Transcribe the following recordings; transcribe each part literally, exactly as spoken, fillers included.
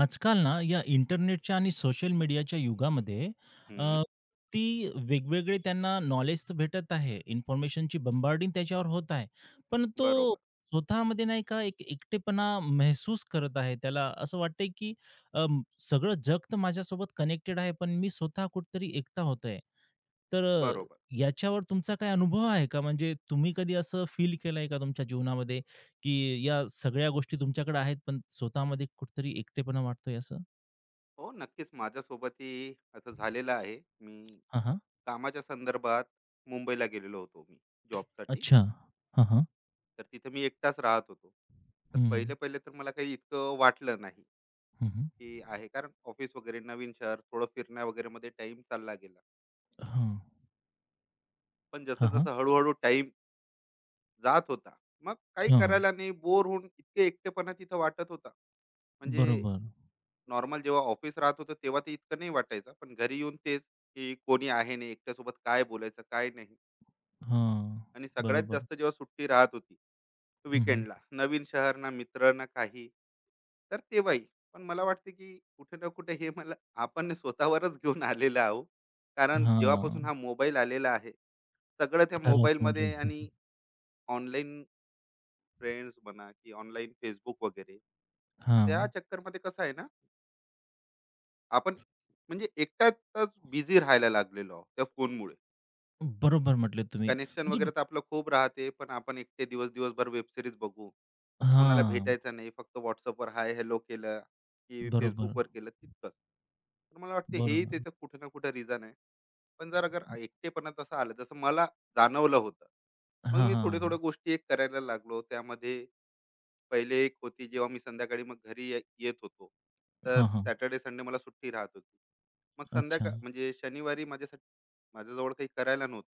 आजकाल ना, या इंटरनेटच्या आणि सोशल मीडियाच्या युगामध्ये हं, अ, ती वेगवेगळे त्यांना नॉलेज तर भेटत आहे. इन्फॉर्मेशनची बंबार्डिंग त्याच्यावर होत आहे. पण तो बरोबर, स्वतःमध्ये नाही का एक एकटेपणा महसूस करत आहे. त्याला असं वाटतंय, की अ, सगळं जग तर माझ्यासोबत कनेक्टेड आहे, पण मी स्वतः कुठेतरी एकटा होतोय. तर अ, बरोबर. याच्यावर तुमचा काही अनुभव आहे का? म्हणजे तुम्ही कधी असं फील केलंय का तुमच्या जीवनामध्ये, की या सगळ्या गोष्टी तुमच्याकडे आहेत, पण स्वतःमध्ये कुठेतरी एकटेपणा वाटतोय असं? हो, नक्कीच माझ्यासोबतही असं झालेलं आहे. मी हां, हां. कामाच्या संदर्भात मुंबईला गेलेलो होतो मी जॉबसाठी. अच्छा. हां, हां. तर तिथे मी एकटाच राहत होतो. तर हं, पहिले-पहिले तर मला काही इतकं वाटलं नाही, हं, हं. की आहे, कारण ऑफिस वगैरे, नवीन शहर, थोडं फिरण्या वगैरेमध्ये टाईम चालला गेला. हां. पण हां, हां. जसं-जसं हळू-हळू टाइम जात होता, मग काही हां, करायला नाही, बोर होऊन इतके एकटेपणा तिथं वाटत होता. म्हणजे बरोबर. नॉर्मल जेव्हा ऑफिस राहत होतं, तेव्हा ते इतकं नाही वाटायचं, पण घरी येऊन तेच, की कोणी आहे नाही, एकट्यासोबत काय बोलायचं, काय नाही. हां, आणि सगळ्यात बरोबर. जास्त जेव्हा सुट्टी राहत होती हं, हं. विकेंडला, नवीन शहर, ना मित्र ना काही, तर तेव्हाही. पण मला वाटते की कुठे ना कुठे हे मला, आपण स्वतःवरच घेऊन आलेलं आहो, कारण जेव्हापासून हां. हा मोबाईल आलेला आहे, सगळं त्या खरंच म्हटले. मोबाईलमध्ये, आणि ऑनलाईन फ्रेंड्स म्हणा, की ऑनलाईन फेसबुक वगैरे, त्या हां. चक्करमध्ये कसं आहे ना, आपण म्हणजे एकट्यातच बिझी राहायला लागलेलो आहोत त्या फोनमुळे. बरोबर म्हटले तुम्ही. कनेक्शन म्हणजे वगैरे तर आपलं खूप राहते, पण आपण एकटे दिवस दिवसभर वेब सिरीज बघू, कोणाला हां. भेटायचं नाही, फक्त व्हॉट्सअपवर हाय हॅलो केलं की बरोबर, फेसबुकवर केलं तितकंच. तर मला वाटते हेही बरोबर. त्याचं कुठं ना कुठं रिझन आहे. पण जर अगर एकटेपणा तसं आलं, जसं मला जाणवलं होतं, मग हां, मी थोडे हां, थोडे हां. गोष्टी एक करायला लागलो त्यामध्ये. पहिले एक होती जेव्हा मी संध्याकाळी मग घरी ये- येत होतो, तर हां, हां. सॅटर्डे संडे मला सुट्टी राहत होती. मग अच्छा. संध्याकाळ, म्हणजे शनिवारी माझ्यासाठी, माझ्याजवळ काही करायला नव्हतं.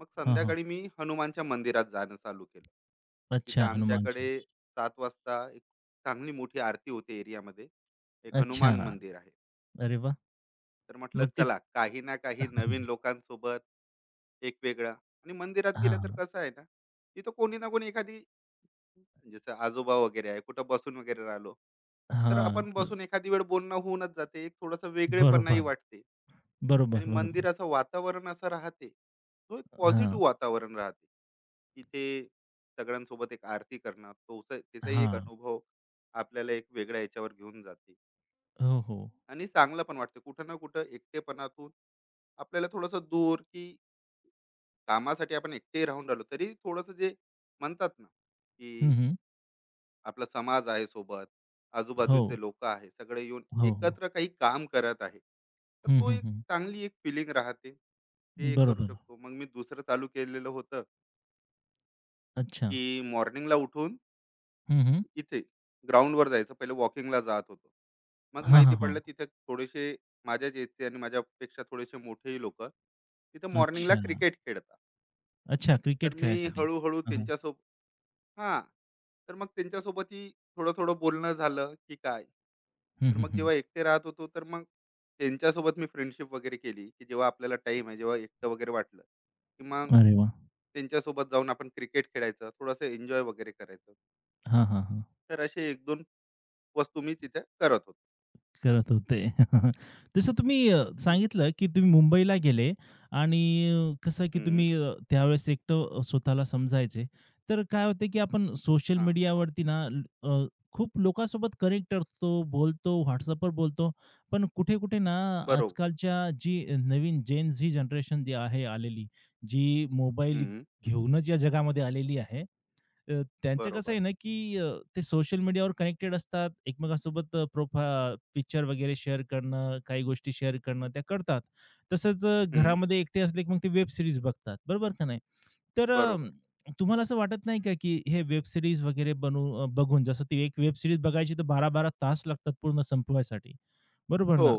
मग हां, हां. संध्याकाळी मी हनुमानच्या मंदिरात जाणं चालू केलं. तिथं अच्छा हनुमानच्या. आमच्याकडे सात वाजता एक चांगली मोठी आरती होते, एरियामध्ये एक अच्छा. हनुमान मंदिर आहे. अरे वाह! तर म्हटलं, मग ते चला काही ना काही नवीन लोकांसोबत एक वेगळं. आणि मंदिरात गेलं हां, तर हां. कसं आहे ना, तिथं कोणी ना कोणी एखादी, जसं आजोबा वगैरे आहे, कुठं बसून वगैरे राहिलो, तर हां. आपण बसून एखादी वेळ बोलणं होऊनच जाते, एक थोडंसं वेगळेपणाही बरोबर. वाटते. आणि बरोबर, बरोबर. मंदिराचं वातावरण असं राहते, तो एक हां, पॉझिटिव्ह वातावरण राहते तिथे. सगळ्यांसोबत एक आरती करणं, तो त्याचाही एक हां. अनुभव आपल्याला एक वेगळ्या याच्यावर घेऊन जाते. हो, हो. आणि चांगलं पण वाटते, कुठं ना कुठं एकटेपणातून आपल्याला थोडंसं दूर, की कामासाठी आपण एकटे राहून राहिलो तरी थोडंसं जे म्हणतात ना, की हं, हं. आपला समाज आहे सोबत, हो, आजूबाजूचे लोक आहे सगळे येऊन हो, हो. एकत्र काही काम करत आहे, तर हं, तो हं, एक हं. चांगली एक फिलिंग राहते. ते एक करू बरोबर. शकतो. मग मी दुसरं चालू केलेलं होतं, अच्छा. की मॉर्निंगला उठून हं, हं. इथे ग्राउंडवर जायचं. पहिले वॉकिंगला जात होतो. मग हां, माहिती हां, पडलं हां. तिथे थोडेसे माझ्याच एजचे आणि माझ्यापेक्षा थोडेसे मोठेही लोक तिथे मॉर्निंगला अच्छा. क्रिकेट खेळतात. अच्छा तर क्रिकेट मी खेळायसाठी. हळूहळू हां, हां. त्यांच्यासोबत, हां. तर मग त्यांच्यासोबतही थोडं-थोडं बोलणं झालं, की काय. हं, तर हं, मग हं. जेव्हा एकटे राहत होतो, तर मग त्यांच्यासोबत मी फ्रेंडशिप वगैरे केली, की जेव्हा आपल्याला टाईम आहे, जेव्हा एकटं वगैरे वाटलं, की मग अरे वाह! त्यांच्यासोबत जाऊन आपण क्रिकेट खेळायचं, थोडंसं एन्जॉय वगैरे करायचं. हां, हां, हां. तर असे एक-दोन वस्तू मी तिथे करत होतो. करत होते. जसं तुम्ही अ, हं, सांगितलं, की तुम्ही मुंबईला गेले आणि अ, कसं की हं. तुम्ही अ, त्यावेळेस एकटं अ, स्वतःला समजायचे. तर काय होते, की आपण सोशल हां. मीडियावरती ना ल- अ, खूप लोकांसोबत कनेक्ट असतो, बोलतो, WhatsAppवर बोलतो. पण कुठे-कुठे ना बरोबर. आजकालच्या जी नवीन जेन झी जनरेशन जी आहे आलेली, जी मोबाईल हं. घेऊनच या जगामध्ये आलेली आहे. अ, त्यांचं कसं बरोबर. आहे ना, की ते सोशल मीडियावर कनेक्टेड असतात. एकमेकांसोबत अ, प्रोफा पिक्चर वगैरे शेअर करणं, काही गोष्टी शेअर करणं त्या करतात. तसंच अ, हं. घरामध्ये एकटे असले की मग ते वेब सीरीज बघतात. बरोबर का नाही? तर अ, बरोबर. तुम्हाला असं वाटत नाही का, की हे वेब सीरीज वगैरे बनवू अ, बघून जसं ती एक वेब सीरीज बघायची तर बारा बारा तास लागतात पूर्ण संपवायसाठी, बरोबर हो, ना?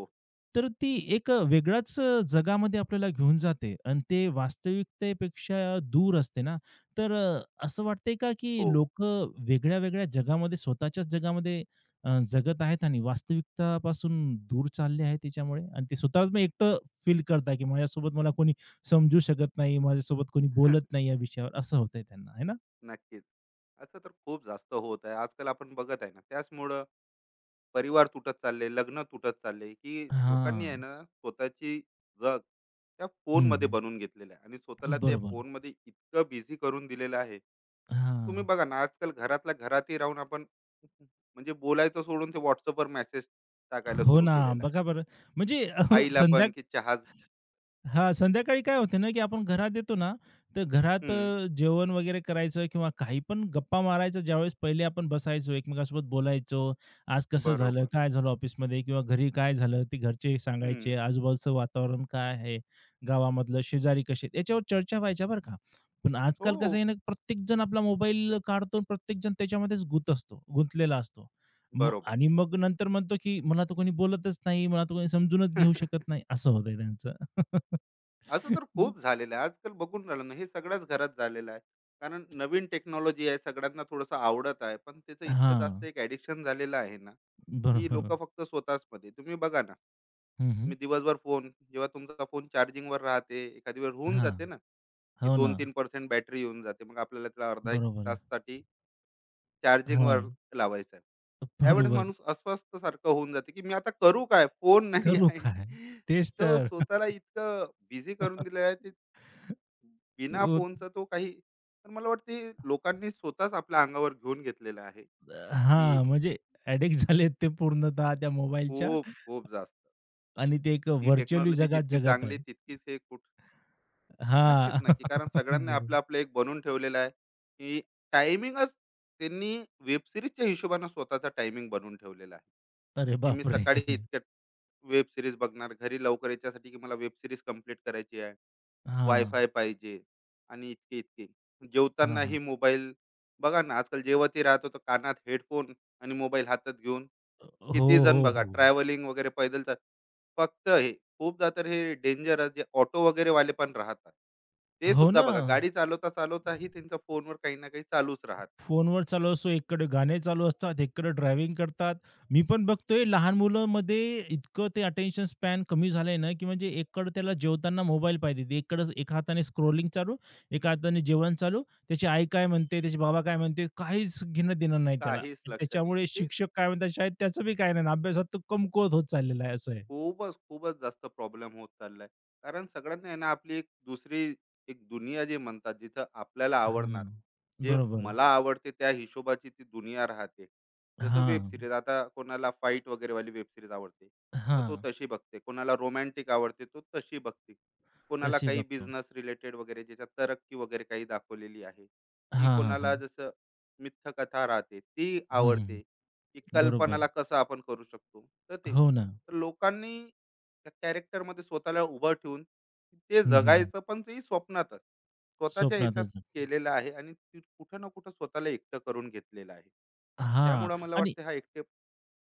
तर ती एक अ, वेगळ्याच अ, जगामध्ये आपल्याला घेऊन जाते आणि ते वास्तविकतेपेक्षा दूर असते ना. तर अ, असं वाटतंय का, की हो. लोकं वेगळ्या-वेगळ्या जगामध्ये स्वतःच्याच जगामध्ये अ, जगत आहेत आणि वास्तविकतापासून दूर चालले आहेत त्याच्यामुळे आणि ते स्वतःला एकटं फील करताय, की माझ्यासोबत मला कोणी समजू शकत नाही, माझ्यासोबत कोणी बोलत नाही या विषयावर, असं होतंय त्यांना, है ना? नक्कीच. असं तर खूप जास्त होत आहे. आजकाल आपण बघत आहे ना, त्याचमुळं परिवार तुटत चालले, लग्न तुटत चालले, की लोकांनी आहे हां. ना स्वतःची जग त्या हं, फोनमध्ये हं. बनवून घेतलेलं आहे आणि स्वतःला त्या बरोबर. फोनमध्ये इतकं बिझी करून दिलेलं आहे. हां. तुम्ही बघा ना, आजकाल घरातल्या घरातही राहून आपण, म्हणजे बोलायचं सोडून, ते WhatsAppवर मेसेज टाकायला हो सुरू ना. केलेला आहे. बघा बरं, म्हणजे आईला संध्या पण की चहा, हां, संध्याकाळी काय होते ना, की आपण घरात येतो ना, तर घरात हं, अ, जेवण वगैरे करायचं किंवा काही पण गप्पा मारायचं. ज्यावेळेस पहिले आपण बसायचो, एकमेकांसोबत बोलायचो. आज कसं झालं, बरोबर. काय झालं ऑफिसमध्ये किंवा घरी काय झालं, ते घरचे हं, सांगायचे. आजूबाजूचं वातावरण काय आहे, गावामधलं, शेजारी कसे आहेत, याच्यावर चर्चा व्हायच्या बरं का. पण आजकाल कसं हो, आहे ना, प्रत्येकजण आपला मोबाईल काढतो आणि प्रत्येकजण त्याच्यामध्येच गुंत असतो गुंतलेला असतो. मग बरोबर. आणि मग नंतर म्हणतो, की मला तर कोणी बोलतच नाही, मला तर कोणी समजूनच घेऊ शकत नाही, असं होतंय त्यांचं. असं तर खूप झालेलं आहे. आजकाल बघून राहिलं ना, हे सगळ्याच घरात झालेलं आहे. कारण नवीन टेक्नॉलॉजी आहे, सगळ्यांना थोडंसं आवडत आहे. पण त्याचं इतकं जास्त हां. एक ॲडिक्शन झालेलं आहे ना, की बरोबर. लोकं फक्त स्वतःचमध्ये. तुम्ही बघा ना, हं, हं. तुम्ही दिवसभर फोन, जेव्हा तुमचा फोन चार्जिंगवर राहते, एखादी वेळ होऊन हां. जाते ना, की हो ना. दोन-तीन टक्के बॅटरी येऊन जाते. मग आपल्याला त्याला अर्धा एक बरोबर आहे. ताससाठी चार्जिंगवर हां. लावायचं आहे. त्यावेळेस बरोबर. माणूस अस्वस्थ सारखं होऊन जाते, की मी आता करू काय? फोन नाही करू आहे. काय? तेच तो तर. स्वतःला इतकं बिझी करून दिलेलं आहे, ते बिना उत फोनचा तो काही. तर मला वाटते, लोकांनी स्वतःच आपल्या अंगावर घेऊन घेतलेलं आहे, की हां, म्हणजे ॲडिक्ट झालेत ते पूर्णतः त्या मोबाईलच्या खूप, खूप जास्त. आणि ते एक ती व्हर्चुअली टेक्नॉलॉजी जगात जितकी जगत चांगली आहे. तितकीच हे कुठ. नक्कीच, हां. नक्की. कारण सगळ्यांनी बरोबर. आपलं-आपलं एक बनवून ठेवलेलं आहे, की टायमिंगच, त्यांनी वेब सीरीजच्या स्वतःचा टायमिंग बनवून ठेवलेला आहे. अरे की मी बापरे! सकाळी इतक्यात वेब सीरीज बघणार, घरी लवकर याच्यासाठी की मला वेब सीरीज कंप्लीट करायची आहे. हां. वायफाय पाहिजे आणि इतके-इतके. हां, जेवतानाही हां. मोबाईल. बघा ना, आजकाल जेवतही राहतो तर कानात हेडफोन आणि मोबाईल हातात घेऊन. हो, किती जण हो, बघा, हो. ट्रॅव्हलिंग वगैरे पैदल तर फक्त हे. खूपदा तर हे डेंजरस, जे ऑटो वगैरे वाले पण राहतात, ते हो सुद्धा ना. बघा गाडी चालवता-चालवताही त्यांचा फोनवर काही ना काही चालूच राहत. फोनवर चालू असतो, एकीकडे गाणे चालू असतात, एकीकडे ड्रायव्हिंग करतात. मी पण बघतोय लहान मुलांमध्ये इतकं ते अटेन्शन स्पॅन कमी झालंय ना, की म्हणजे एकीकडे त्याला जेवताना मोबाईल पाहिजे. एकीकडे एका हाताने स्क्रोलिंग चालू, एका हाताने जेवण चालू. त्याची आई काय म्हणते, त्याचे बाबा काय म्हणते, काहीच घेणं-देणं नाही त्याला. काहीच लक्ष नाही. त्याच्यामुळे ते शिक्षक काय म्हणतात शाळेत, त्याचं बी काही नाही. अभ्यासात तो कमकुवत होत चाललेला आहे, असं आहे. खूपच, खूपच जास्त प्रॉब्लेम होत चाललाय. कारण सगळ्यांना आहे ना, आपली एक दुसरी एक दुनिया जी म्हणतात, जिथं आपल्याला आवडणार, हं. जे बरोबर. मला आवडते त्या हिशोबाची ती दुनिया राहते. जसं वेब हां. सीरीज, आता कोणाला फाईट वगैरेवाली वेब सीरीज आवडते, तर तो हां. तशी बघते. कोणाला रोमॅन्टिक आवडते, तो तशी बघते. कोणाला तशी काही बघतो. बिझनेस रिलेटेड वगैरे, ज्याच्यात तरक्की वगैरे काही दाखवलेली आहे, की हां, हां, कोणाला हां. जसं मिथ्यकथा राहते, ती हं, हं, आवडते, हं. की बरोबर. कल्पनाला कसं आपण करू शकतो. तर ते, हो ना. तर लोकांनी त्या character मध्ये स्वतःला उभं ठेवून ते हं, हं, हं. जगायचं, पण ते स्वप्नातच स्वतःच्या याच्यात स्वप्नातच. केलेलं आहे आणि ती- कुठं ना कुठं स्वतःला एकटं करून घेतलेलं आहे. हां त्यामुळं मला आणि वाटतं हा एकटेपणा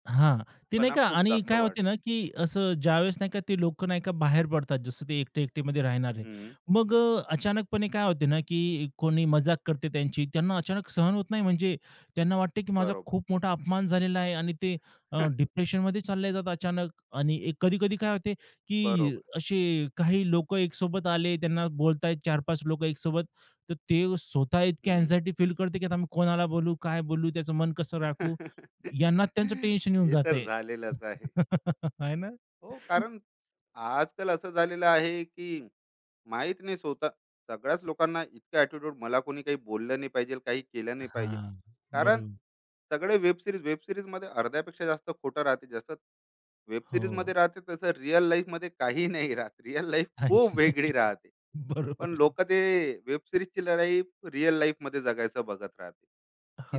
हां, ते नाही का खूप आणि जास्त काय होते ना, वाढलाय. की असं ज्यावेळेस नाही का ते लोकं नाही का बाहेर पडतात, जसं ते एकटे-एकटेमध्ये राहणारे. हम्म, मग अ, अचानकपणे काय होते ना, की कोणी मजाक करते त्यांची, त्यांना अचानक सहन होत नाही. म्हणजे त्यांना वाटते, की माझा बरोबर. खूप मोठा अपमान झालेला आहे आणि ते डिप्रेशनमध्ये चालले जातात अचानक आणि एक कधी-कधी काय होते, की बरोबर. असे काही लोकं एकसोबत आले, त्यांना बोलतायत चार-पाच लोकं एकसोबत, तर ते स्वतः इतकी हम्म. अँक्झायटी फील करते, की आता मी कोणाला बोलू, काय बोलू, त्याचं मन कसं राखू? यांना त्यांचं टेन्शन येऊन हे तर जातंय. झालेलंच आहे. आहे ना? हो, कारण आजकाल असं झालेलं आहे की, माहीत नाही, स्वतः सगळ्याच लोकांना इतका ॲटिट्यूड, मला कोणी काही बोललं नाही पाहिजे, काही केलं नाही पाहिजे. हां, कारण बरोबर. सगळे वेब सीरीज वेब सीरीजमध्ये अर्ध्यापेक्षा जास्त खोटं राहते. जसं वेब हो, सीरीजमध्ये राहते तसं रिअल लाईफमध्ये काही नाही राहत. रिअल लाईफ काहीच खूप वेगळी नाही. राहते. पण बरोबर. लोक ते वेब सिरीजची लढाई रिअल लाईफ मध्ये जगायचं बघत राहते.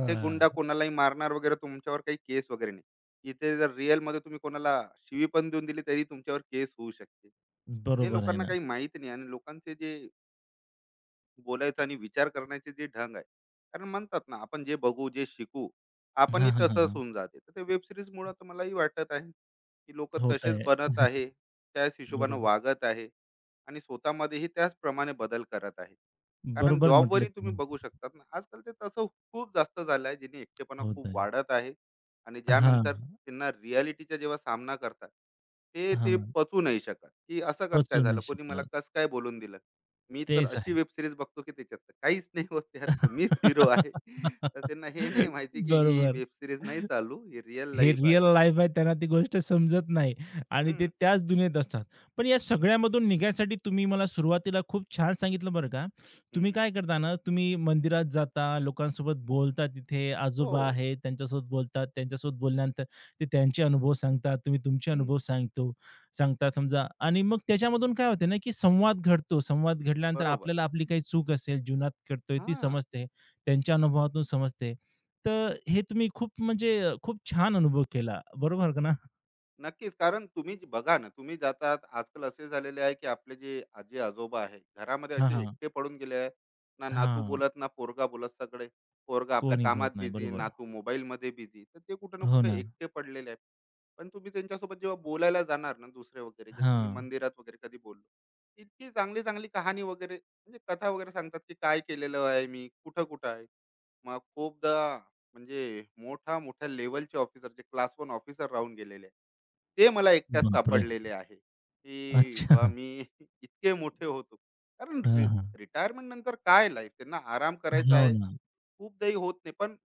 इथे गुंडा कोणालाही मारणार वगैरे, तुमच्यावर काही केस वगैरे नाही. इथे जर रिअल मध्ये तुम्ही कोणाला शिवी पण देऊन दिली तरी तुमच्यावर केस होऊ शकते. हे बरोबर आहे लोकांना ना. काही माहित नाही. आणि लोकांचे जे बोलायचं आणि विचार करण्याचे जे ढंग आहे. कारण म्हणतात ना, आपण जे बघू, जे शिकू, आपणही हां, हां, हां, तसंच हां. होऊन जाते. तर ते वेब सीरीजमुळं तर मलाही वाटत आहे, की लोकं होत तसेच आहे. बनत आहे, त्याच हिशोबानं बरोबर. वागत आहे आणि स्वतःमध्येही त्याचप्रमाणे बदल करत आहे. कारण बरोबर म्हटले जॉबवरही तुम्ही तुम्ही. बघू शकतात ना, आजकाल ते तसं खूप जास्त झालं आहे, ज्याने एकटेपणा होत खूप आहे. वाढत आहे. आणि हां, ज्यानंतर त्यांना रिॲलिटीचा जेव्हा सामना करतात, ते ते हां. पचू नाही शकत, की असं कसं काय पचू झालं? नाही कोणी मला शकत. कसं काय बोलून दिलं? मी तर तेच अशी आहे. वेब सीरीज बघतो, की त्याच्यात तर काहीच नाही होत, त्यात तर मीच हिरो आहे. तर त्यांना हे नाही माहिती, की ही बरोबर. वेब सीरीज नाही चालू, ही रिअल हे लाईफ रिअल आहे. लाईफ आहे त्यांना ती गोष्ट समजत नाही आणि ते हं, त्याच दुनियेत असतात. पण या सगळ्यामधून निघायसाठी तुम्ही मला सुरुवातीला खूप छान सांगितलं बरं का. तुम्ही हं. काय करता ना, तुम्ही मंदिरात जाता, लोकांसोबत बोलता तिथे, आजोबा हो, आहेत त्यांच्यासोबत बोलतात, त्यांच्यासोबत बोलल्यानंतर ते त्यांचे अनुभव सांगतात, तुम्ही तुमचे हं. अनुभव सांगतो सांगता समजा आणि मग त्याच्यामधून काय होते ना, की संवाद घडतो. संवाद घडल्यानंतर बरोबर. आपल्याला आपली काही चूक असेल जीवनात घडतोय ती हां, समजते. त्यांच्या अनुभवातून समजते. तर हे तुम्ही खूप म्हणजे अ, खूप छान अनुभव केला. बरोबर का ना? नक्कीच. कारण तुम्ही जे बघा ना, तुम्ही जातात, आजकाल असे झालेले आहे की, आपले जे आजी-आजोबा आहे, घरामध्ये हां, असे हां. एकटे पडून गेले आहे. ना नातू हां. बोलत, ना पोरगा बोलत सगळे. पोरगा आपल्या कोणी कामात बोलत नाही. बिझी, बरोबर. नातू मोबाईलमध्ये बिझी. तर ते कुठे ना हो कुठे ना. एकटे पडलेले आहे. पण तुम्ही त्यांच्यासोबत जेव्हा बोलायला जाणार ना, दुसरे वगैरे, जसं मी हां. मंदिरात वगैरे कधी बोललो, इतकी चांगली चांगली कहाणी वगैरे, म्हणजे कथा वगैरे सांगतात, की काय केलेलं आहे, मी कुठं कुठं आहे. मग खूपदा, म्हणजे मोठा मोठ्या लेवलचे ऑफिसर, जे क्लास वन ऑफिसर राहून गेलेले आहे, ते मला एकट्याच बापरे! सापडलेले आहे, की बा, अच्छा. मी इतके मोठे होतो, कारण हां, हां. रिटायरमेंट नंतर काय लाईफ, त्यांना आराम करायचा हो आहे. ना. खूपदाही होत नाही पण.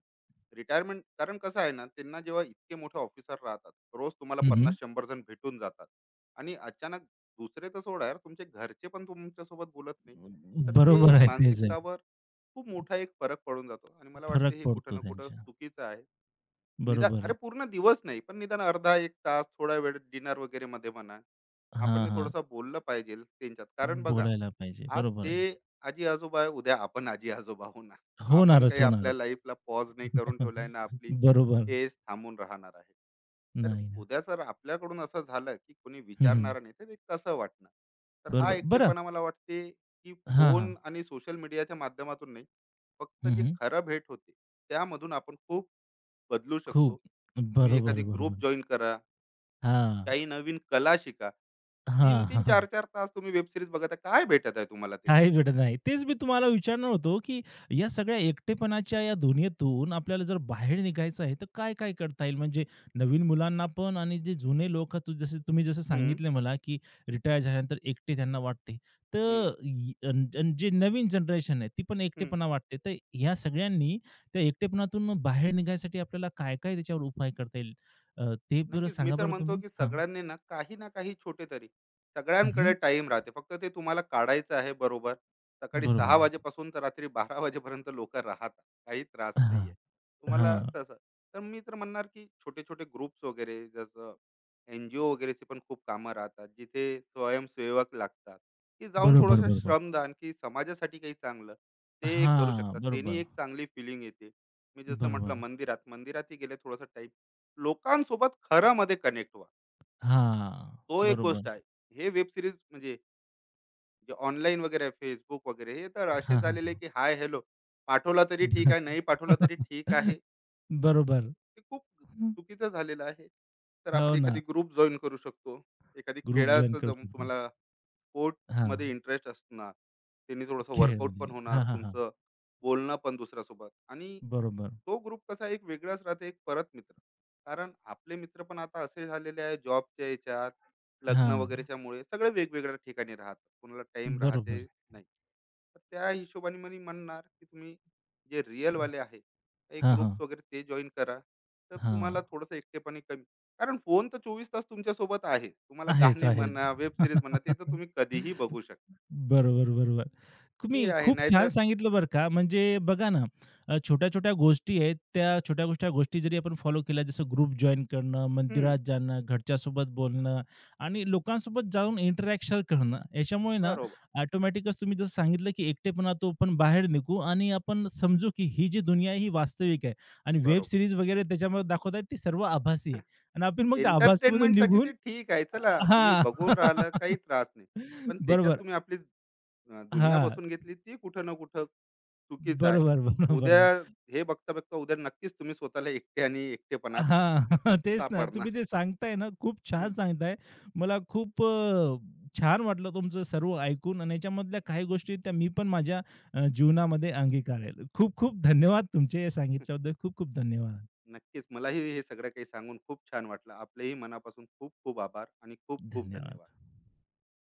रिटायरमेंट, कारण कसं आहे ना, त्यांना जेव्हा इतके मोठे ऑफिसर राहतात, रोज तुम्हाला हं, हं. पन्नास शंभर जण भेटून जातात, आणि अचानक दुसरे तर सोडा यार, तुमचे घरचे पण तुमच्यासोबत बोलत नाही. तर ते बरोबर एक आहे. तेच आहे. मानसिकतावर खूप मोठा एक फरक पडून जातो, आणि मला वाटते फरक हे कुठं पडतो ना कुठं त्यांच्या. चुकीचं आहे. निदान, अरे बरोबर. पूर्ण दिवस नाही, पण निदान अर्धा एक तास, थोडा वेळ डिनर वगैरे मध्ये म्हणा, हां, आपण हां. थोडस बोललं पाहिजे त्यांच्यात. कारण बघा, बोलायला पाहिजे. आज बरोबर ते आहे. आजी आजोबा आहे, उद्या आपण आजी आजोबा, हो ना. आपण होणारच, काही आपल्या होणारच. लाईफला पॉज नाही करून ठेवलाय ना, आपली बरोबर. एज थांबून राहणार आहे. तर नाही ना. उद्या जर आपल्याकडून असं झालं, की कोणी हं, हं. विचारणार नाही, तर हे कसं वाटणार? तर हा बरोबर. बरं एकटेपणा, मला वाटते की हां, हां. फोन आणि सोशल मीडियाच्या माध्यमातून नाही, फक्त हं, जे हं. खरं भेट होते, त्यामधून आपण खूप बदलू शकतो. खूप. तुम्ही बरोबर, एखादी ग्रुप बरोबर. जॉईन करा, हां. काही नवीन कला शिका. तीन हां. तीन हां. चार चार तास तुम्ही वेब सिरीज बघत आहे, काय भेटत आहे तुम्हाला काही त्याच्यातून? भेटत नाही. तेच मी तुम्हाला विचारणार होतो, की या सगळ्या एकटेपणाच्या या दुनियेतून आपल्याला जर बाहेर निघायचं आहे, तर काय-काय करता येईल? म्हणजे नवीन मुलांना पण आणि जे जुने लोक तू जसे तुम्ही जसं हम्म. सांगितले मला, की रिटायर झाल्यानंतर एकटे त्यांना वाटते. तर हम्म. य अन अन जे नवीन जनरेशन आहे, ती पण हम्म. एकटेपणा वाटते. तर ह्या सगळ्यांनी त्या एकटेपणातून बाहेर निघायसाठी आपल्याला काय-काय त्याच्यावर उपाय करता येईल? अ, ते बरं नक्कीच. मी सांगा तर बरं म्हणतो, तुम्ही? की हां. सगळ्यांनी ना काही ना काही छोटे तरी. सगळ्यांकडे हं, टाईम राहते, फक्त ते तुम्हाला काढायचं आहे, बरोबर. सकाळी सहा बरोबर. वाजेपासून तर रात्री बारा वाजेपर्यंत लोकं राहतात, काही त्रास नाही हां, आहे तुम्हाला हां. तसं. तर मी तर म्हणणार, की छोटे-छोटे ग्रुप्स वगैरे, जसं एन-जी-ओ वगैरेची पण खूप कामं राहतात. जिथे स्वयंसेवक लागतात, की जाऊन बरोबर, थोडंसं बरोबर. श्रमदान, की समाजासाठी काही चांगलं ते करू हां, शकतात. त्यांनी बरोबर, एक चांगली फीलिंग येते. मी जसं बरोबर. म्हटलं मंदिरात, मंदिरातही गेले थोडंसं टाईम, लोकांसोबत खरामध्ये कनेक्ट व्हा. हां, तो एक बरोबर. गोष्ट आहे. हे वेब सीरीज म्हणजे, जे ऑनलाईन वगैरे आहे, Facebook वगैरे, हे तर असे हां, हां, झालेले आहे, हां. की हाय हेलो पाठवला तरी ठीक आहे, नाही पाठवला तरी ठीक आहे. बस. बरोबर. हे खूप चुकीचं झालेलं आहे. तर आपण हो ना, एखादी ग्रुप जॉइन करू शकतो. एखादी ग्रुप जॉइन खेळाचं, करू जम शकतो. तुम्हाला स्पोर्टमध्ये हां, इंटरेस्ट असणार. त्यांनी थोडंसं वर्कआउट खेळमध्ये. पण होणार हां, हां, हां. तुमचं, बोलणं पण दुसऱ्यासोबत, आणि बरोबर. तो ग्रुप कसा एक वेगळाच राहते, एक परत मित्र. कारण आपले मित्र पण आता असे झालेले आहे, जॉबच्या याच्यात, लग्न हां, वगैरेच्या मुळे सगळे वेगवेगळ्या ठिकाणी राहतात, कोणाला टाइम राहते बरोबर. नाही. तर त्या हिशोबाने मी म्हणणार, की तुम्ही जे रिअल वाले आहे काही हां, हां, ग्रुप्स वगैरे, ते जॉईन करा, तर हां. तुम्हाला थोडंसं एकटेपणी कमी. कारण फोन तर चोवीस तास तुमच्या सोबत आहे, तुम्हाला आहेच, गाणे आहेच. म्हणा, वेब सिरीज म्हणा, ते तर तुम्ही कधीही बघू शकता, बरोबर, बरोबर. ते तुम्ही आहे. खूप छान नाहीतर सांगितलं बरं का. म्हणजे बघा ना, अ, छोट्या-छोट्या गोष्टी आहेत, त्या छोट्या-छोट्या गोष्टी जरी आपण फॉलो केल्या, जसं ग्रुप जॉइन करणं, हम्म, मंदिरात जाणं, घरच्यासोबत बोलणं आणि लोकांसोबत जाऊन इंटरॅक्शन करणं, याच्यामुळे ना बरोबर, ऑटोमॅटिकच तुम्ही जसं सांगितलं, की एकटेपणा तो पण बाहेर निघू आणि आपण समजू, की ही जी दुनिया आहे, ही वास्तविक आहे आणि वेब बरोबर. सीरीज वगैरे त्याच्यामध्ये दाखवत आहेत, ती सर्व आभासी आहे आणि आपण मग त्या आभासीमधून एंटरटेनमेंटसाठी ते निघून ठीक आहे, चला अ, तुम्ही हां. बघून राहिलं, काही त्रास नाही. पण त्याच्यात बरोबर. तुम्ही आपली अ, दुनिया हां. बसवून घेतली, ती कुठं ना कुठं चुकीचं आहे. बरोबर, बरोबर, उद्या बरोबर. हे बघता-बघता उद्या नक्कीच तुम्ही स्वतःला एकटे आणि एकटेपणात हां. तेच ना. सापडणार. तुम्ही ते सांगताय ना, खूप हं. छान सांगताय. मला खूप अ, छान वाटलं तुमचं सर्व ऐकून आणि याच्यामधल्या काही गोष्टी त्या मी पण माझ्या अ, जीवनामध्ये अंगीकारेल. खूप खूप धन्यवाद तुमचे हे सांगितल्याबद्दल. खूप खूप धन्यवाद. नक्कीच, मलाही हे सगळं काही सांगून खूप छान वाटलं. आपलेही मनापासून खूप खूप आभार आणि खूप खूप धन्यवाद. धन्यवाद.